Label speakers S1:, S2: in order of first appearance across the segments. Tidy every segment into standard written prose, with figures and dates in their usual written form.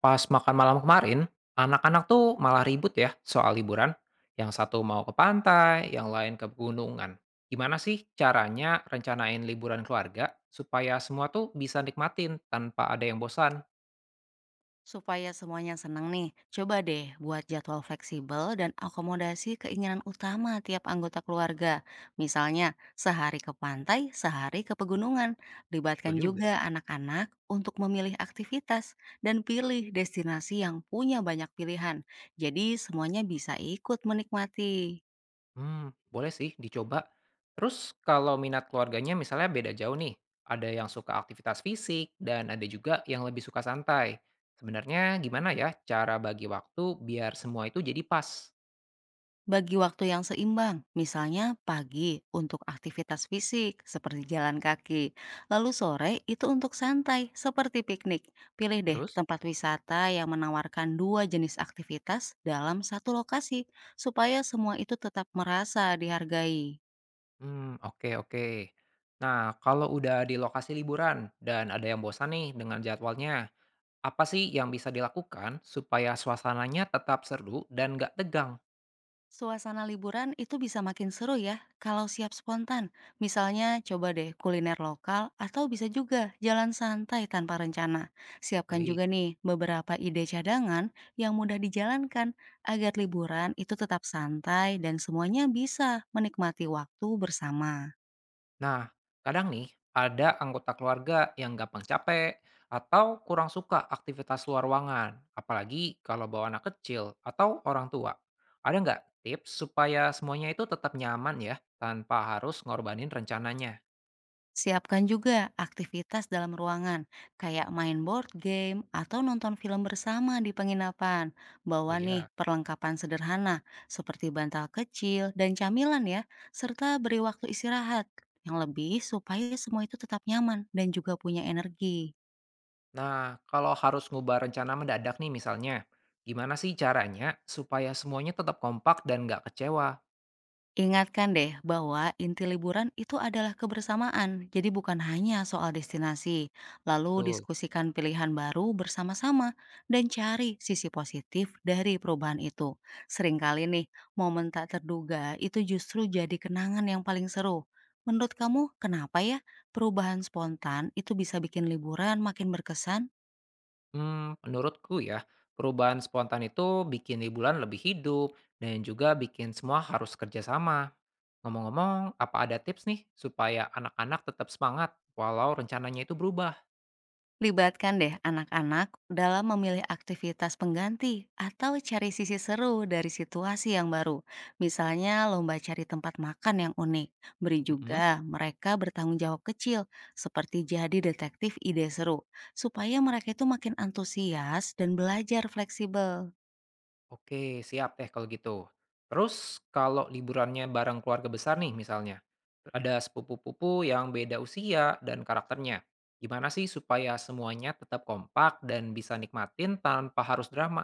S1: Pas makan malam kemarin, anak-anak tuh malah ribut ya soal liburan. Yang satu mau ke pantai, yang lain ke pegunungan. Gimana sih caranya rencanain liburan keluarga supaya semua tuh bisa nikmatin tanpa ada yang bosan?
S2: Supaya semuanya senang nih, coba deh buat jadwal fleksibel dan akomodasi keinginan utama tiap anggota keluarga. Misalnya, sehari ke pantai, sehari ke pegunungan.
S1: Betul
S2: Libatkan
S1: juga.
S2: juga anak-anak untuk memilih aktivitas dan pilih destinasi yang punya banyak pilihan. Jadi semuanya bisa ikut menikmati.
S1: Hmm, boleh sih dicoba. Terus kalau minat keluarganya misalnya beda jauh nih. Ada yang suka aktivitas fisik dan ada juga yang lebih suka santai. Sebenarnya gimana ya cara bagi waktu biar semua itu jadi pas?
S2: Bagi waktu yang seimbang, misalnya pagi untuk aktivitas fisik seperti jalan kaki, lalu sore itu untuk santai seperti piknik. Pilih deh
S1: Terus?
S2: tempat wisata yang menawarkan dua jenis aktivitas dalam satu lokasi supaya semua itu tetap merasa dihargai.
S1: Oke oke. Nah, kalau udah di lokasi liburan dan ada yang bosan nih dengan jadwalnya, apa sih yang bisa dilakukan supaya suasananya tetap seru dan nggak tegang?
S2: Suasana liburan itu bisa makin seru ya kalau siap spontan. Misalnya coba deh kuliner lokal atau bisa juga jalan santai tanpa rencana. Siapkan
S1: Baik.
S2: juga nih beberapa ide cadangan yang mudah dijalankan agar liburan itu tetap santai dan semuanya bisa menikmati waktu bersama.
S1: Nah, kadang nih ada anggota keluarga yang gampang capek atau kurang suka aktivitas luar ruangan, apalagi kalau bawa anak kecil atau orang tua. Ada nggak tips supaya semuanya itu tetap nyaman ya, tanpa harus ngorbanin rencananya?
S2: Siapkan juga aktivitas dalam ruangan, kayak main board game atau nonton film bersama di penginapan.
S1: Oh,
S2: Bawa nih
S1: iya.
S2: perlengkapan sederhana seperti bantal kecil dan camilan ya, serta beri waktu istirahat yang lebih supaya semua itu tetap nyaman dan juga punya energi.
S1: Nah, kalau harus ngubah rencana mendadak nih misalnya, gimana sih caranya supaya semuanya tetap kompak dan nggak kecewa?
S2: Ingatkan deh bahwa inti liburan itu adalah kebersamaan, jadi bukan hanya soal destinasi. Lalu
S1: Tuh.
S2: diskusikan pilihan baru bersama-sama dan cari sisi positif dari perubahan itu. Seringkali nih, momen tak terduga itu justru jadi kenangan yang paling seru. Menurut kamu, kenapa ya perubahan spontan itu bisa bikin liburan makin berkesan?
S1: Hmm, menurutku ya, perubahan spontan itu bikin liburan lebih hidup dan juga bikin semua harus kerjasama. Ngomong-ngomong, apa ada tips nih supaya anak-anak tetap semangat walau rencananya itu berubah?
S2: Libatkan deh anak-anak dalam memilih aktivitas pengganti atau cari sisi seru dari situasi yang baru. Misalnya lomba cari tempat makan yang unik. Beri
S1: Mm-mm.
S2: juga mereka bertanggung jawab kecil seperti jadi detektif ide seru supaya mereka itu makin antusias dan belajar fleksibel.
S1: Oke, siap deh kalau gitu. Terus kalau liburannya bareng keluarga besar nih misalnya, ada sepupu-pupu yang beda usia dan karakternya. Gimana sih supaya semuanya tetap kompak dan bisa nikmatin tanpa harus drama?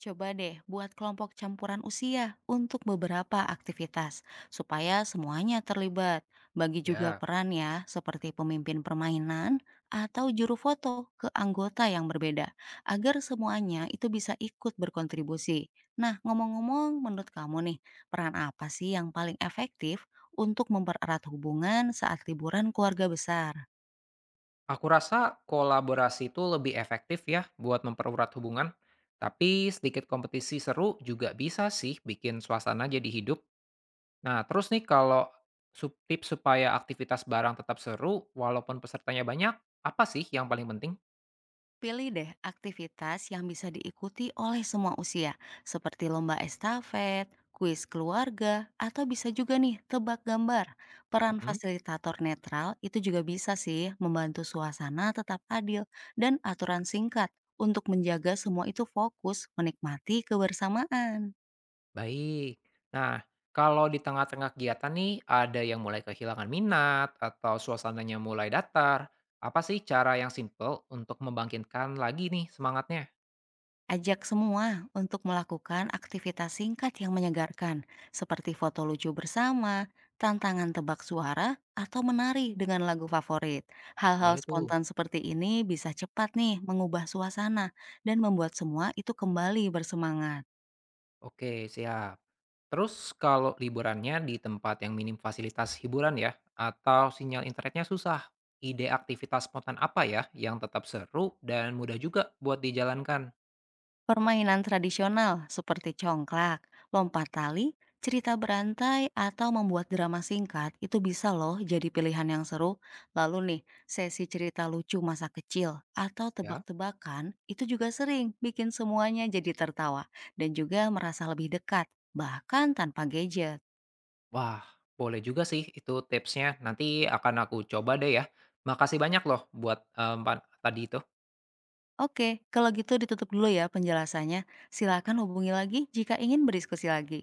S2: Coba deh buat kelompok campuran usia untuk beberapa aktivitas, supaya semuanya terlibat. Bagi juga
S1: Ya,
S2: peran ya, seperti pemimpin permainan atau juru foto ke anggota yang berbeda, agar semuanya itu bisa ikut berkontribusi. Nah, ngomong-ngomong, menurut kamu nih, peran apa sih yang paling efektif untuk mempererat hubungan saat liburan keluarga besar?
S1: aku rasa kolaborasi itu lebih efektif ya buat mempererat hubungan. Tapi sedikit kompetisi seru juga bisa sih bikin suasana jadi hidup. Nah, terus nih kalau tips supaya aktivitas bareng tetap seru walaupun pesertanya banyak, apa sih yang paling penting?
S2: Pilih deh aktivitas yang bisa diikuti oleh semua usia, seperti lomba estafet, kuis keluarga, atau bisa juga nih tebak gambar. Peran
S1: Mhm.
S2: fasilitator netral itu juga bisa sih membantu suasana tetap adil dan aturan singkat untuk menjaga semua itu fokus menikmati kebersamaan.
S1: Baik. Nah, kalau di tengah-tengah kegiatan nih ada yang mulai kehilangan minat atau suasananya mulai datar, apa sih cara yang simple untuk membangkitkan lagi nih semangatnya?
S2: Ajak semua untuk melakukan aktivitas singkat yang menyegarkan, seperti foto lucu bersama, tantangan tebak suara, atau menari dengan lagu favorit. Hal-hal
S1: Boleh tuh.
S2: spontan seperti ini bisa cepat nih mengubah suasana dan membuat semua itu kembali bersemangat.
S1: Oke, siap. Terus kalau liburannya di tempat yang minim fasilitas hiburan ya, atau sinyal internetnya susah, ide aktivitas spontan apa ya yang tetap seru dan mudah juga buat dijalankan?
S2: Permainan tradisional seperti congklak, lompat tali, cerita berantai, atau membuat drama singkat itu bisa loh jadi pilihan yang seru. Lalu nih, sesi cerita lucu masa kecil atau
S1: Ya,
S2: tebak-tebakan itu juga sering bikin semuanya jadi tertawa dan juga merasa lebih dekat, bahkan tanpa gadget.
S1: wah, boleh juga sih itu tipsnya. Nanti akan aku coba deh ya. Makasih banyak loh buat tadi itu.
S2: Oke, kalau gitu ditutup dulu ya penjelasannya. Silakan hubungi lagi jika ingin berdiskusi lagi.